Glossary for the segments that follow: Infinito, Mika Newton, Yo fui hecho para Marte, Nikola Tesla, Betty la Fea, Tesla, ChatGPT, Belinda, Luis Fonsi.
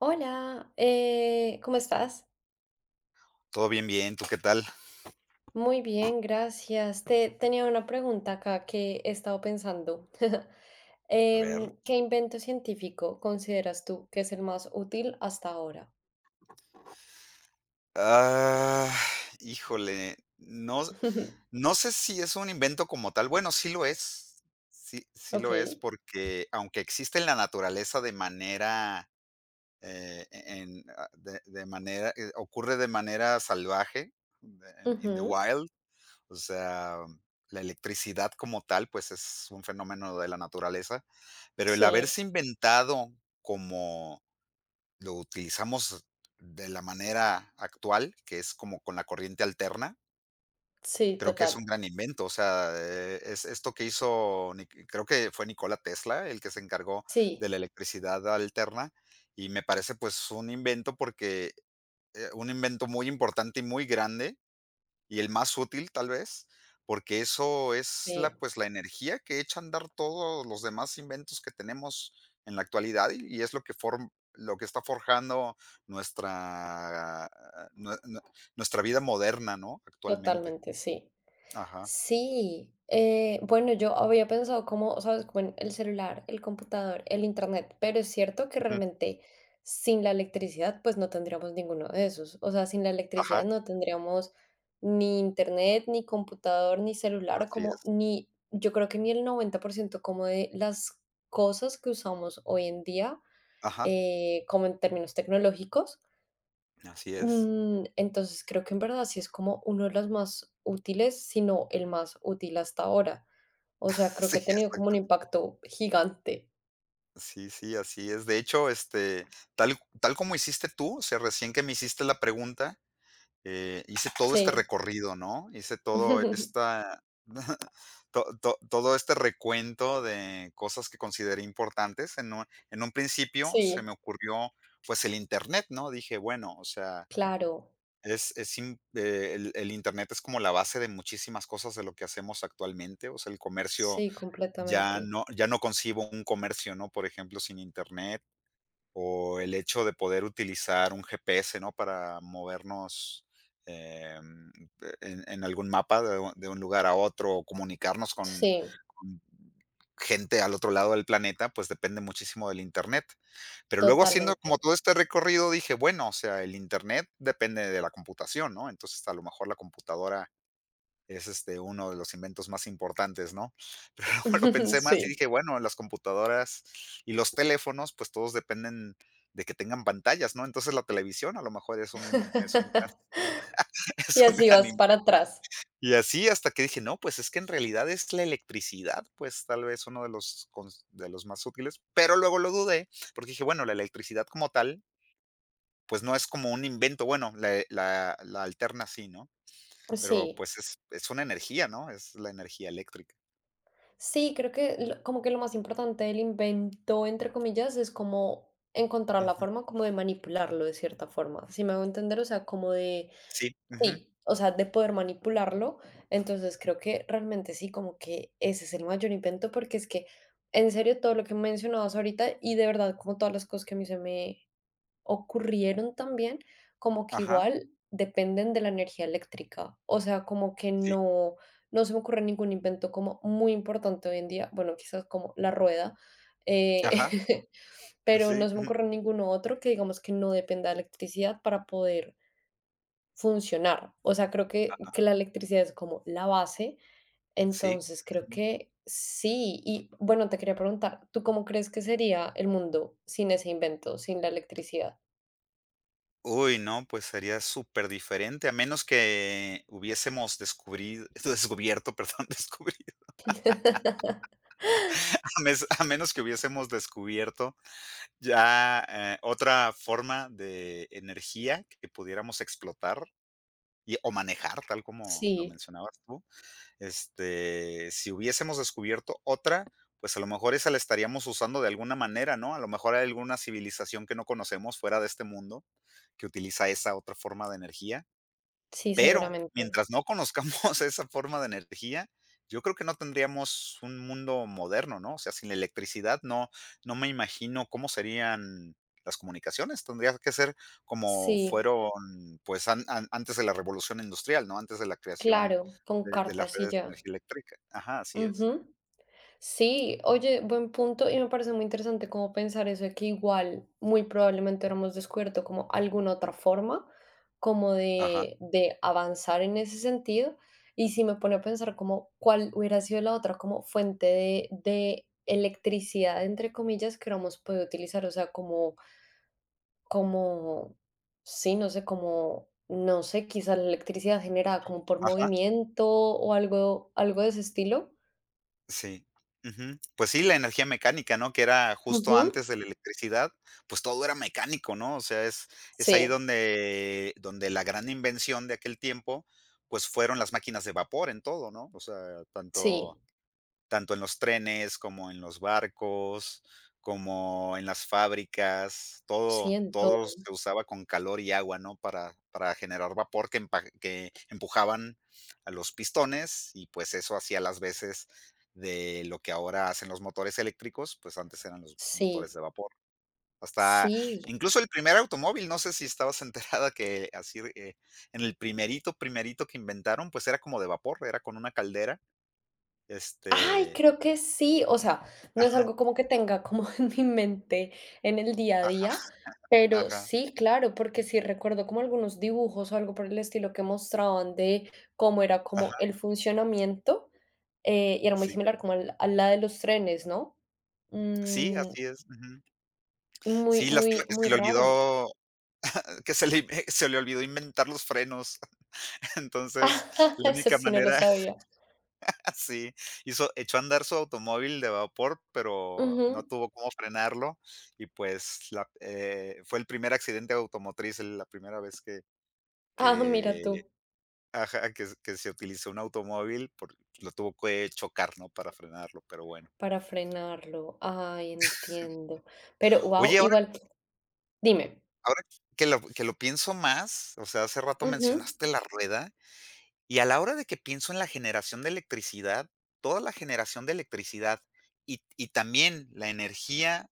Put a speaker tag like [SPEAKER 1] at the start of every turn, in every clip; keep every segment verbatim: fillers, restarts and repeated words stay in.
[SPEAKER 1] Hola, eh, ¿cómo estás?
[SPEAKER 2] Todo bien, bien, ¿tú qué tal?
[SPEAKER 1] Muy bien, gracias. Te tenía una pregunta acá que he estado pensando.
[SPEAKER 2] A ver.
[SPEAKER 1] Em, ¿qué invento científico consideras tú que es el más útil hasta ahora?
[SPEAKER 2] Ah, híjole, no, no sé si es un invento como tal. Bueno, sí lo es. Sí, sí
[SPEAKER 1] Ok.
[SPEAKER 2] lo es porque aunque existe en la naturaleza de manera, eh, e, en, ah, de, de manera, eh, ocurre de manera salvaje, de- en- in the
[SPEAKER 1] Ujú.
[SPEAKER 2] wild, o sea, la electricidad como tal, pues es un fenómeno de la naturaleza, pero el
[SPEAKER 1] Sí,
[SPEAKER 2] haberse inventado lo utilizamos de la manera actual, que es como con la corriente alterna.
[SPEAKER 1] sí,
[SPEAKER 2] Creo que es un
[SPEAKER 1] total.
[SPEAKER 2] gran invento, o sea, eh, es esto que hizo, Nik- creo que fue Nikola Tesla el que se encargó de
[SPEAKER 1] Sí,
[SPEAKER 2] la electricidad alterna y me parece pues un invento porque eh, un invento muy importante y muy grande y el más útil, tal vez, porque eso es la,
[SPEAKER 1] sí,
[SPEAKER 2] pues, la energía que echa a andar todos los demás inventos que tenemos en la actualidad y, y es lo que form- lo que está forjando nuestra, nue- nue- nuestra vida moderna, ¿no? Actualmente.
[SPEAKER 1] totalmente, sí.
[SPEAKER 2] Ajá.
[SPEAKER 1] Sí, eh, bueno, yo había pensado como, sabes, como en el celular, el computador, el internet, pero es cierto que
[SPEAKER 2] Ujú.
[SPEAKER 1] realmente sin la electricidad pues no tendríamos ninguno de esos. O sea, sin la
[SPEAKER 2] Ajá.
[SPEAKER 1] electricidad no tendríamos ni internet, ni computador, ni celular,
[SPEAKER 2] Así
[SPEAKER 1] como
[SPEAKER 2] es.
[SPEAKER 1] ni, yo creo que ni el noventa por ciento como de las cosas que usamos hoy en día,
[SPEAKER 2] Ajá.
[SPEAKER 1] eh, como en términos tecnológicos.
[SPEAKER 2] Así es.
[SPEAKER 1] Mm, entonces creo que en verdad sí es como uno de los más útiles, si no el más útil hasta ahora. O sea, creo
[SPEAKER 2] Sí,
[SPEAKER 1] que ha tenido como un
[SPEAKER 2] exactamente.
[SPEAKER 1] impacto gigante.
[SPEAKER 2] Sí, sí, así es. De hecho, este, tal, tal como hiciste tú, o sea, recién que me hiciste la pregunta. Eh, hice todo este
[SPEAKER 1] Sí.
[SPEAKER 2] recorrido, ¿no? Hice todo esta to to todo este recuento de cosas que consideré importantes. En un en un principio se
[SPEAKER 1] Sí,
[SPEAKER 2] me ocurrió, pues, el Internet, ¿no? Dije, bueno, o sea,
[SPEAKER 1] claro.
[SPEAKER 2] es es im eh, el el Internet es como la base de muchísimas cosas de lo que hacemos actualmente. O sea, el comercio
[SPEAKER 1] Sí,
[SPEAKER 2] ya
[SPEAKER 1] completamente.
[SPEAKER 2] no ya no concibo un comercio, ¿no? Por ejemplo, sin Internet. O el hecho de poder utilizar un G P S, ¿no? Para movernos, em, e, en en algún mapa de u de un lugar a otro, o comunicarnos con
[SPEAKER 1] Sí,
[SPEAKER 2] con gente al otro lado del planeta, pues depende muchísimo del Internet. Pero luego haciendo
[SPEAKER 1] totalmente.
[SPEAKER 2] como todo este recorrido dije: "Bueno, o sea, el Internet depende de la computación", ¿no? Entonces, a lo mejor la computadora es, este, uno de los inventos más importantes, ¿no? Pero luego lo pensé más y
[SPEAKER 1] Sí.
[SPEAKER 2] dije, bueno, las computadoras y los teléfonos, pues todos dependen de que tengan pantallas, ¿no? Entonces la televisión a lo mejor es un es un gran
[SPEAKER 1] Y
[SPEAKER 2] es un
[SPEAKER 1] así
[SPEAKER 2] gran
[SPEAKER 1] vas para
[SPEAKER 2] invento.
[SPEAKER 1] atrás.
[SPEAKER 2] Y así hasta que dije, no, pues es que en realidad es la electricidad, pues tal vez uno de los cons de los más útiles, pero luego lo dudé, porque dije, bueno, la electricidad como tal, pues no es como un invento, bueno, la la la alterna sí, ¿no? Pero
[SPEAKER 1] Sí.
[SPEAKER 2] pues es es una energía, ¿no? Es la energía eléctrica.
[SPEAKER 1] Sí, creo que lo- como que lo más importante del invento, entre comillas, es como encontrar la
[SPEAKER 2] Ujú.
[SPEAKER 1] forma como de manipularlo de cierta forma. Si me hago entender, o sea, como de,
[SPEAKER 2] Sí, ujú,
[SPEAKER 1] sí, o sea, de poder manipularlo. Entonces creo que realmente sí, como que ese es el mayor invento, porque es que en serio todo lo que mencionabas ahorita y de verdad como todas las cosas que a mí se me ocurrieron también, como que
[SPEAKER 2] ajá,
[SPEAKER 1] igual dependen de la energía eléctrica. O sea, como que
[SPEAKER 2] sí,
[SPEAKER 1] no, no se me ocurre ningún invento como muy importante hoy en día. Bueno, quizás como la rueda. eh,
[SPEAKER 2] ajá,
[SPEAKER 1] pero no
[SPEAKER 2] sí,
[SPEAKER 1] se me
[SPEAKER 2] ujú,
[SPEAKER 1] ocurre ninguno otro que digamos que no dependa de electricidad para poder funcionar. O sea, creo que que la electricidad es como la base,
[SPEAKER 2] sí,
[SPEAKER 1] entonces creo
[SPEAKER 2] ujú.
[SPEAKER 1] que sí. Y bueno, te quería preguntar, ¿tú cómo crees que sería el mundo sin ese invento, sin la electricidad?
[SPEAKER 2] Uy, no, pues sería súper diferente a menos que hubiésemos descubrid descubierto, perdón, descubierto, a mes a menos que hubiésemos descubierto ya, eh, otra forma de energía que pudiéramos explotar y o manejar, tal como lo
[SPEAKER 1] Sí,
[SPEAKER 2] mencionabas tú. Este, si hubiésemos descubierto otra, pues a lo mejor esa la estaríamos usando de alguna manera, ¿no? A lo mejor hay alguna civilización que no conocemos fuera de este mundo que utiliza esa otra forma de energía,
[SPEAKER 1] sí,
[SPEAKER 2] pero
[SPEAKER 1] seguramente.
[SPEAKER 2] mientras no conozcamos esa forma de energía, yo creo que no tendríamos un mundo moderno, ¿no? O sea, sin la electricidad no no me imagino cómo serían las comunicaciones. Tendría que ser como
[SPEAKER 1] Sí,
[SPEAKER 2] fueron, pues, an an antes de la revolución industrial, ¿no? Antes de la creación
[SPEAKER 1] claro, con
[SPEAKER 2] de de las
[SPEAKER 1] cartas y
[SPEAKER 2] redes de
[SPEAKER 1] ya.
[SPEAKER 2] energía eléctrica. Ajá, así es.
[SPEAKER 1] Ujú. Sí, oye, buen punto y me parece muy interesante como pensar eso de que igual muy probablemente hubiéramos descubierto como alguna otra forma como
[SPEAKER 2] Ajá,
[SPEAKER 1] de, de avanzar en ese sentido y si me pone a pensar como cuál hubiera sido la otra como fuente de, de electricidad entre comillas que hubiéramos podido utilizar, o sea, como, como, sí, no sé, como, no sé, quizás la electricidad generada como por
[SPEAKER 2] ajá.
[SPEAKER 1] movimiento o algo, algo de ese estilo.
[SPEAKER 2] Sí. Ujú. Pues sí, la energía mecánica, ¿no? Que era justo
[SPEAKER 1] Ujú.
[SPEAKER 2] antes de la electricidad, pues todo era mecánico, ¿no? O sea, es es ahí
[SPEAKER 1] Sí,
[SPEAKER 2] donde donde la gran invención de aquel tiempo, pues fueron las máquinas de vapor en todo, ¿no? O sea,
[SPEAKER 1] sí.
[SPEAKER 2] tanto tanto en los trenes, como en los barcos, como en las fábricas, todo
[SPEAKER 1] Siento,
[SPEAKER 2] todo se usaba con calor y agua, ¿no? Para para generar vapor que empa que empujaban a los pistones y, pues, eso hacía las veces de lo que ahora hacen los motores eléctricos, pues, antes eran los motores
[SPEAKER 1] sí,
[SPEAKER 2] de vapor. Hasta
[SPEAKER 1] sí.
[SPEAKER 2] incluso el primer automóvil, no sé si estabas enterada que así, eh, en el primerito, primerito que inventaron, pues, era como de vapor, era con una caldera,
[SPEAKER 1] Ay,
[SPEAKER 2] este,
[SPEAKER 1] creo que sí. O sea, no es
[SPEAKER 2] ajá.
[SPEAKER 1] algo como que tenga como en mi mente en el día a día, pero
[SPEAKER 2] Ajá,
[SPEAKER 1] sí, claro, porque sí recuerdo como algunos dibujos o algo por el estilo que mostraban de cómo era como
[SPEAKER 2] ajá,
[SPEAKER 1] el funcionamiento, eh, y era muy
[SPEAKER 2] sí.
[SPEAKER 1] similar como al- a la de los trenes, ¿no?
[SPEAKER 2] Sí,
[SPEAKER 1] Mm,
[SPEAKER 2] así es, ujú.
[SPEAKER 1] muy,
[SPEAKER 2] Sí, lástima
[SPEAKER 1] muy,
[SPEAKER 2] que se
[SPEAKER 1] muy
[SPEAKER 2] le
[SPEAKER 1] raro.
[SPEAKER 2] olvidó, eh, que se le se le olvidó inventar los frenos. Entonces, la
[SPEAKER 1] Eso
[SPEAKER 2] única
[SPEAKER 1] sí no lo
[SPEAKER 2] manera
[SPEAKER 1] sabía.
[SPEAKER 2] sí, hizo echó a andar su automóvil de vapor, pero no
[SPEAKER 1] Ujú.
[SPEAKER 2] tuvo cómo frenarlo y, pues, la eh, fue el primer accidente automotriz, el- la primera vez que
[SPEAKER 1] Ah, mira
[SPEAKER 2] que
[SPEAKER 1] tú.
[SPEAKER 2] ajá, que que se utilizó un automóvil por lo tuvo que chocar, ¿no?, para frenarlo, pero bueno.
[SPEAKER 1] Para frenarlo. Ay, entiendo. Pero, wow,
[SPEAKER 2] Oye, ahora
[SPEAKER 1] igual dime.
[SPEAKER 2] Ahora que lo que lo pienso más, o sea, hace rato
[SPEAKER 1] Ujú.
[SPEAKER 2] mencionaste la rueda, y a la hora de que pienso en la generación de electricidad, toda la generación de electricidad y y también la energía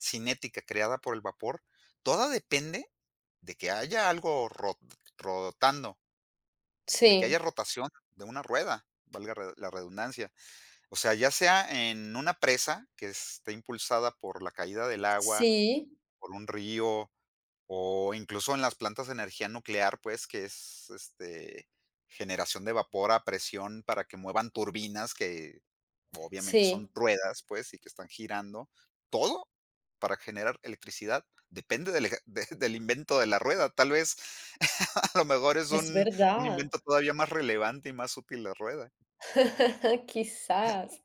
[SPEAKER 2] cinética creada por el vapor, toda depende de que haya algo ro rotando, de que
[SPEAKER 1] Sí,
[SPEAKER 2] haya rotación de una rueda, valga re la redundancia. O sea, ya sea en una presa que esté impulsada por la caída del agua,
[SPEAKER 1] sí,
[SPEAKER 2] por un río o incluso en las plantas de energía nuclear, pues, que es, este, generación de vapor a presión para que muevan turbinas que obviamente
[SPEAKER 1] sí,
[SPEAKER 2] son ruedas, pues, y que están girando. Todo para generar electricidad depende del eje de del invento de la rueda. Tal vez, a lo mejor es
[SPEAKER 1] es
[SPEAKER 2] un un
[SPEAKER 1] verdad.
[SPEAKER 2] invento todavía más relevante y más útil la rueda.
[SPEAKER 1] Quizás,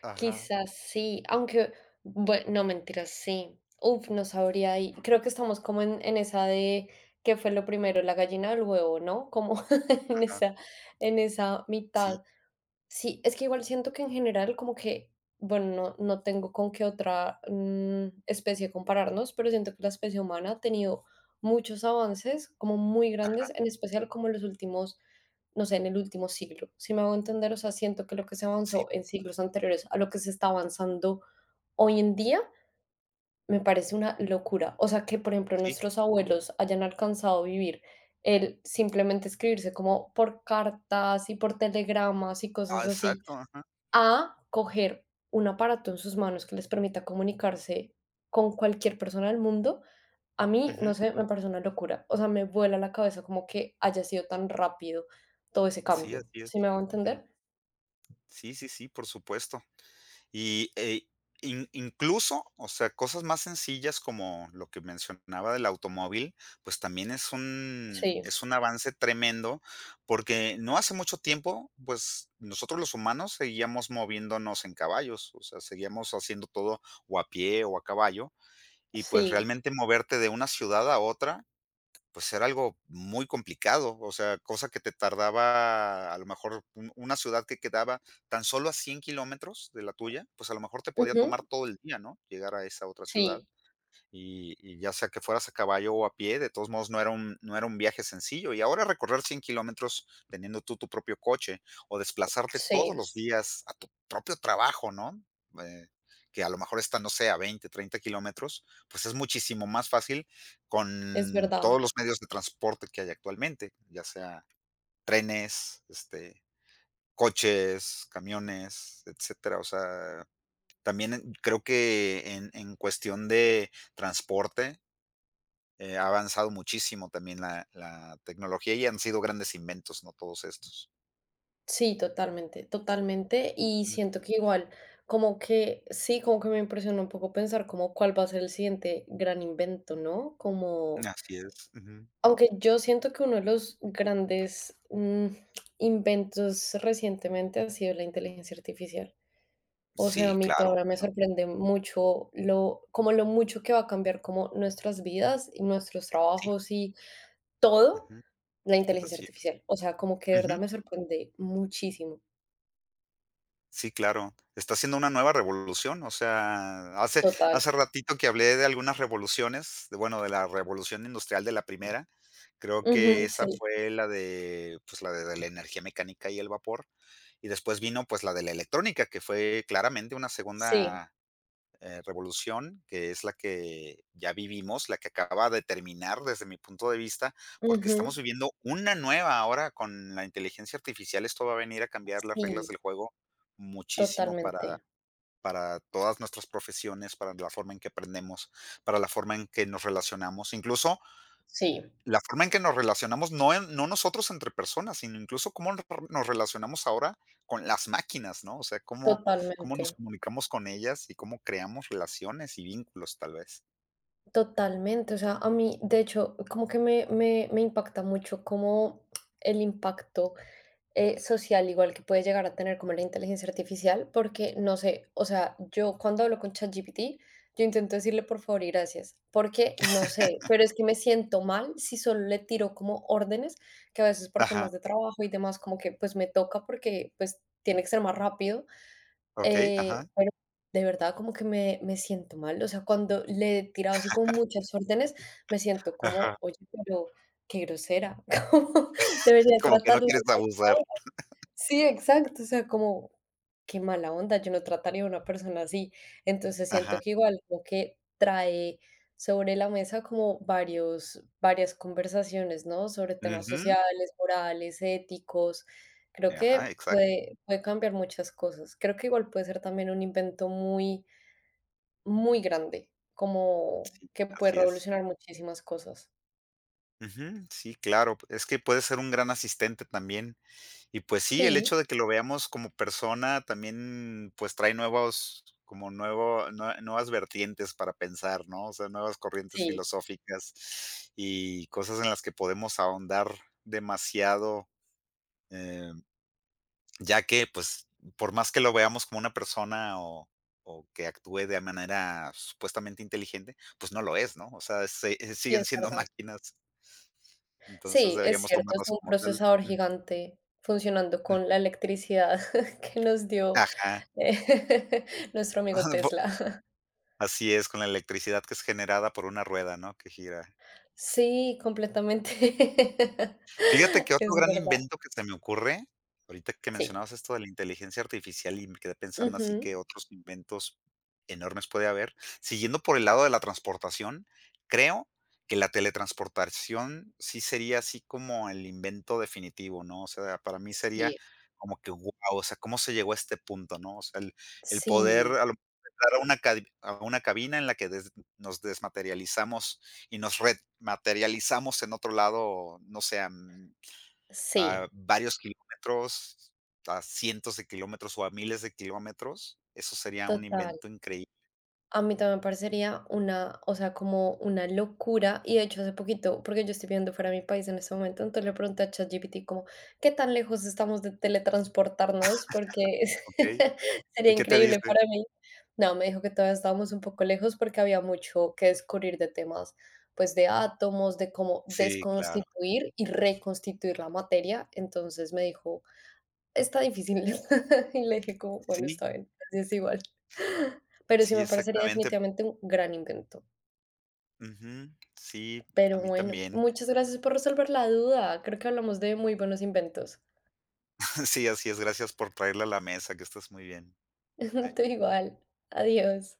[SPEAKER 2] Ajá,
[SPEAKER 1] quizás sí, aunque, bue no, mentiras, sí. Uf, no sabría ahí. Creo que estamos como en en esa de, ¿qué fue lo primero, la gallina o el huevo?, ¿no? Como en
[SPEAKER 2] ajá.
[SPEAKER 1] esa en esa
[SPEAKER 2] Sí,
[SPEAKER 1] mitad. Sí, es que igual siento que en general como que, bueno, no, no tengo con qué otra mm, especie compararnos, pero siento que la especie humana ha tenido muchos avances como muy grandes, en especial como en los últimos, no sé, en el último siglo. Si me hago entender, o sea, siento que lo que se
[SPEAKER 2] sí,
[SPEAKER 1] avanzó en siglos anteriores a lo que se está avanzando hoy en día, me parece una locura. O sea, que por ejemplo
[SPEAKER 2] sí.
[SPEAKER 1] nuestros
[SPEAKER 2] Ujú.
[SPEAKER 1] abuelos hayan alcanzado a vivir el simplemente escribirse como por cartas y por telegramas y
[SPEAKER 2] Ah,
[SPEAKER 1] cosas así
[SPEAKER 2] exacto, ajá.
[SPEAKER 1] a coger un aparato en sus manos que les permita comunicarse con cualquier persona del mundo, a mí, no
[SPEAKER 2] Ujú.
[SPEAKER 1] sé, me parece una locura. O sea, me vuela la cabeza como que haya sido tan rápido todo ese
[SPEAKER 2] Sí,
[SPEAKER 1] cambio.
[SPEAKER 2] así es.
[SPEAKER 1] ¿Sí me hago
[SPEAKER 2] Mm.
[SPEAKER 1] entender?
[SPEAKER 2] Sí, sí, sí, por supuesto. Y, eh, in- incluso, o sea, cosas más sencillas como lo que mencionaba del automóvil, pues también es un,
[SPEAKER 1] Sí,
[SPEAKER 2] es un avance tremendo, porque no hace mucho tiempo, pues nosotros los humanos seguíamos moviéndonos en caballos, o sea, seguíamos haciendo todo o a pie o a caballo, y pues
[SPEAKER 1] sí.
[SPEAKER 2] realmente moverte de una ciudad a otra pues era algo muy complicado, o sea, cosa que te tardaba a lo mejor un- una ciudad que quedaba tan solo a cien kilómetros de la tuya, pues a lo mejor te podía tomar
[SPEAKER 1] Ujú.
[SPEAKER 2] todo el día, ¿no? Llegar a esa otra ciudad
[SPEAKER 1] Sí,
[SPEAKER 2] y y ya sea que fueras a caballo o a pie, de todos modos no era un no era un viaje sencillo. Y ahora recorrer cien kilómetros teniendo tú tu propio coche o desplazarte todos
[SPEAKER 1] sí,
[SPEAKER 2] los días a tu propio trabajo, ¿no? Eh, que a lo mejor está, no sé, a veinte, treinta kilómetros, pues es muchísimo más fácil
[SPEAKER 1] es
[SPEAKER 2] con
[SPEAKER 1] verdad.
[SPEAKER 2] todos los medios de transporte que hay actualmente, ya sea trenes, este, coches, camiones, etcétera. O sea, también en- creo que en en cuestión de transporte eh, ha avanzado muchísimo también la la tecnología y han sido grandes inventos, ¿no? Todos estos.
[SPEAKER 1] Sí, totalmente, totalmente. Y
[SPEAKER 2] Mm,
[SPEAKER 1] siento que igual, como que, sí, como que me impresiona un poco pensar como cuál va a ser el siguiente gran invento, ¿no? Como
[SPEAKER 2] así es, ujú.
[SPEAKER 1] aunque yo siento que uno de los grandes, mm, inventos recientemente ha sido la inteligencia artificial. O sea, a
[SPEAKER 2] Sí,
[SPEAKER 1] mí
[SPEAKER 2] claro,
[SPEAKER 1] todavía me sorprende mucho lo como lo mucho que va a cambiar como nuestras vidas y nuestros
[SPEAKER 2] sí,
[SPEAKER 1] trabajos y todo,
[SPEAKER 2] ujú,
[SPEAKER 1] la inteligencia
[SPEAKER 2] así es,
[SPEAKER 1] artificial. O sea, como que de
[SPEAKER 2] ujú,
[SPEAKER 1] verdad me sorprende muchísimo.
[SPEAKER 2] sí, claro. Está siendo una nueva revolución, o sea, hace
[SPEAKER 1] Total.
[SPEAKER 2] hace ratito que hablé de algunas revoluciones, de, bueno, de la revolución industrial de la primera, creo
[SPEAKER 1] Ujú,
[SPEAKER 2] que esa
[SPEAKER 1] sí,
[SPEAKER 2] fue la de, pues, la de de la energía mecánica y el vapor, y después vino, pues, la de la electrónica, que fue claramente una
[SPEAKER 1] sí.
[SPEAKER 2] segunda eh, revolución, que es la que ya vivimos, la que acaba de terminar desde mi punto de vista, porque
[SPEAKER 1] Ujú.
[SPEAKER 2] estamos viviendo una nueva ahora con la inteligencia artificial. Esto va a venir a cambiar las reglas
[SPEAKER 1] Sí,
[SPEAKER 2] del juego muchísimo para,
[SPEAKER 1] totalmente.
[SPEAKER 2] para todas nuestras profesiones, para la forma en que aprendemos, para la forma en que nos relacionamos, incluso
[SPEAKER 1] Sí,
[SPEAKER 2] la forma en que nos relacionamos, no en no nosotros entre personas, sino incluso cómo nos nos relacionamos ahora con las máquinas, ¿no? O sea, cómo cómo nos
[SPEAKER 1] totalmente.
[SPEAKER 2] comunicamos con ellas y cómo creamos relaciones y vínculos, tal vez.
[SPEAKER 1] Totalmente, o sea, a mí, de hecho, como que me, me, me impacta mucho como el impacto eh, social igual que puede llegar a tener como la inteligencia artificial, porque no sé, o sea, yo cuando hablo con ChatGPT, yo intento decirle por favor y gracias, porque no sé, pero es que me siento mal si solo le tiro como órdenes, que a veces por
[SPEAKER 2] Ajá,
[SPEAKER 1] temas de trabajo y demás, como que pues me toca porque pues tiene que ser más rápido,
[SPEAKER 2] okey,
[SPEAKER 1] eh,
[SPEAKER 2] ajá,
[SPEAKER 1] pero de verdad como que me me siento mal, o sea, cuando le he tirado así como muchas órdenes, me siento como:
[SPEAKER 2] ajá.
[SPEAKER 1] "Oye, pero qué grosera, como debería
[SPEAKER 2] Como que no
[SPEAKER 1] tratarlo
[SPEAKER 2] quieres abusar.
[SPEAKER 1] mejor". Sí, exacto, o sea, como qué mala onda, yo no trataría a una persona así. Entonces siento
[SPEAKER 2] Ajá.
[SPEAKER 1] que igual como que trae sobre la mesa como varios, varias conversaciones, ¿no? Sobre temas
[SPEAKER 2] Ujú.
[SPEAKER 1] sociales, morales, éticos. Creo
[SPEAKER 2] Ajá,
[SPEAKER 1] que
[SPEAKER 2] exacto,
[SPEAKER 1] puede, puede cambiar muchas cosas. Creo que igual puede ser también un invento muy, muy grande, como que puede
[SPEAKER 2] así es.
[SPEAKER 1] revolucionar muchísimas cosas.
[SPEAKER 2] Ujú, sí, claro. Es que puede ser un gran asistente también. Y pues sí, el
[SPEAKER 1] Sí,
[SPEAKER 2] hecho de que lo veamos como persona también, pues trae nuevos, como nuevo, nue- nuevas vertientes para pensar, ¿no? O sea, nuevas corrientes
[SPEAKER 1] sí,
[SPEAKER 2] filosóficas y cosas en las que podemos ahondar demasiado, eh, ya que, pues, por más que lo veamos como una persona o, o que actúe de manera supuestamente inteligente, pues no lo es, ¿no? O sea, se-
[SPEAKER 1] sí,
[SPEAKER 2] siguen
[SPEAKER 1] es
[SPEAKER 2] siendo
[SPEAKER 1] verdad.
[SPEAKER 2] máquinas. Entonces
[SPEAKER 1] Sí, es
[SPEAKER 2] deberíamos
[SPEAKER 1] cierto, es
[SPEAKER 2] tomarlas
[SPEAKER 1] un
[SPEAKER 2] como tal.
[SPEAKER 1] procesador
[SPEAKER 2] Ujú.
[SPEAKER 1] gigante funcionando con la electricidad que nos dio
[SPEAKER 2] Ajá.
[SPEAKER 1] eh, nuestro amigo Tesla.
[SPEAKER 2] Así es, con la electricidad que es generada por una rueda, ¿no?, que gira.
[SPEAKER 1] Sí, completamente.
[SPEAKER 2] Fíjate que
[SPEAKER 1] Es
[SPEAKER 2] otro gran
[SPEAKER 1] verdad.
[SPEAKER 2] invento que se me ocurre, ahorita que
[SPEAKER 1] Sí.
[SPEAKER 2] mencionabas esto de la inteligencia artificial, y me quedé pensando así
[SPEAKER 1] Ujú.
[SPEAKER 2] que otros inventos enormes puede haber. Siguiendo por el lado de la transportación, creo que la teletransportación sí sería así como el invento definitivo, ¿no? O sea, para mí
[SPEAKER 1] Sí,
[SPEAKER 2] sería como que, guau, o sea, ¿cómo se llegó a este punto, no? O sea, el el poder
[SPEAKER 1] sí,
[SPEAKER 2] a lo mejor entrar a una cadi a una cabina en la que des nos desmaterializamos y nos rematerializamos en otro lado, no sé, a, mm, a
[SPEAKER 1] sí,
[SPEAKER 2] varios kilómetros, a cientos de kilómetros o a miles de kilómetros, eso sería un
[SPEAKER 1] total.
[SPEAKER 2] invento increíble,
[SPEAKER 1] A mí también me parecería una, o sea, como una locura. Y de hecho, hace poquito, porque yo estoy viendo fuera de mi país en este momento, entonces le pregunté a ChatGPT como, ¿qué tan lejos estamos de teletransportarnos? Porque es-
[SPEAKER 2] ¿ok?
[SPEAKER 1] sería
[SPEAKER 2] ¿Y qué te
[SPEAKER 1] increíble
[SPEAKER 2] dice?
[SPEAKER 1] para mí. No, me dijo que todavía estábamos un poco lejos porque había mucho que descubrir de temas, pues de átomos, de cómo
[SPEAKER 2] Sí, claro.
[SPEAKER 1] desconstituir y reconstituir la materia. Entonces me dijo está difícil. Y le dije como: "Bueno,
[SPEAKER 2] Sí,
[SPEAKER 1] está bien, así es igual". Pero sí
[SPEAKER 2] sí,
[SPEAKER 1] me parecería
[SPEAKER 2] exactamente.
[SPEAKER 1] definitivamente un gran invento.
[SPEAKER 2] Ujú. Sí, a
[SPEAKER 1] Pero
[SPEAKER 2] mí
[SPEAKER 1] bueno,
[SPEAKER 2] también.
[SPEAKER 1] muchas gracias por resolver la duda. Creo que hablamos de muy buenos inventos.
[SPEAKER 2] Sí, así es. Gracias por traerla a la mesa, que estás muy bien. Bye.
[SPEAKER 1] Tú igual. Adiós.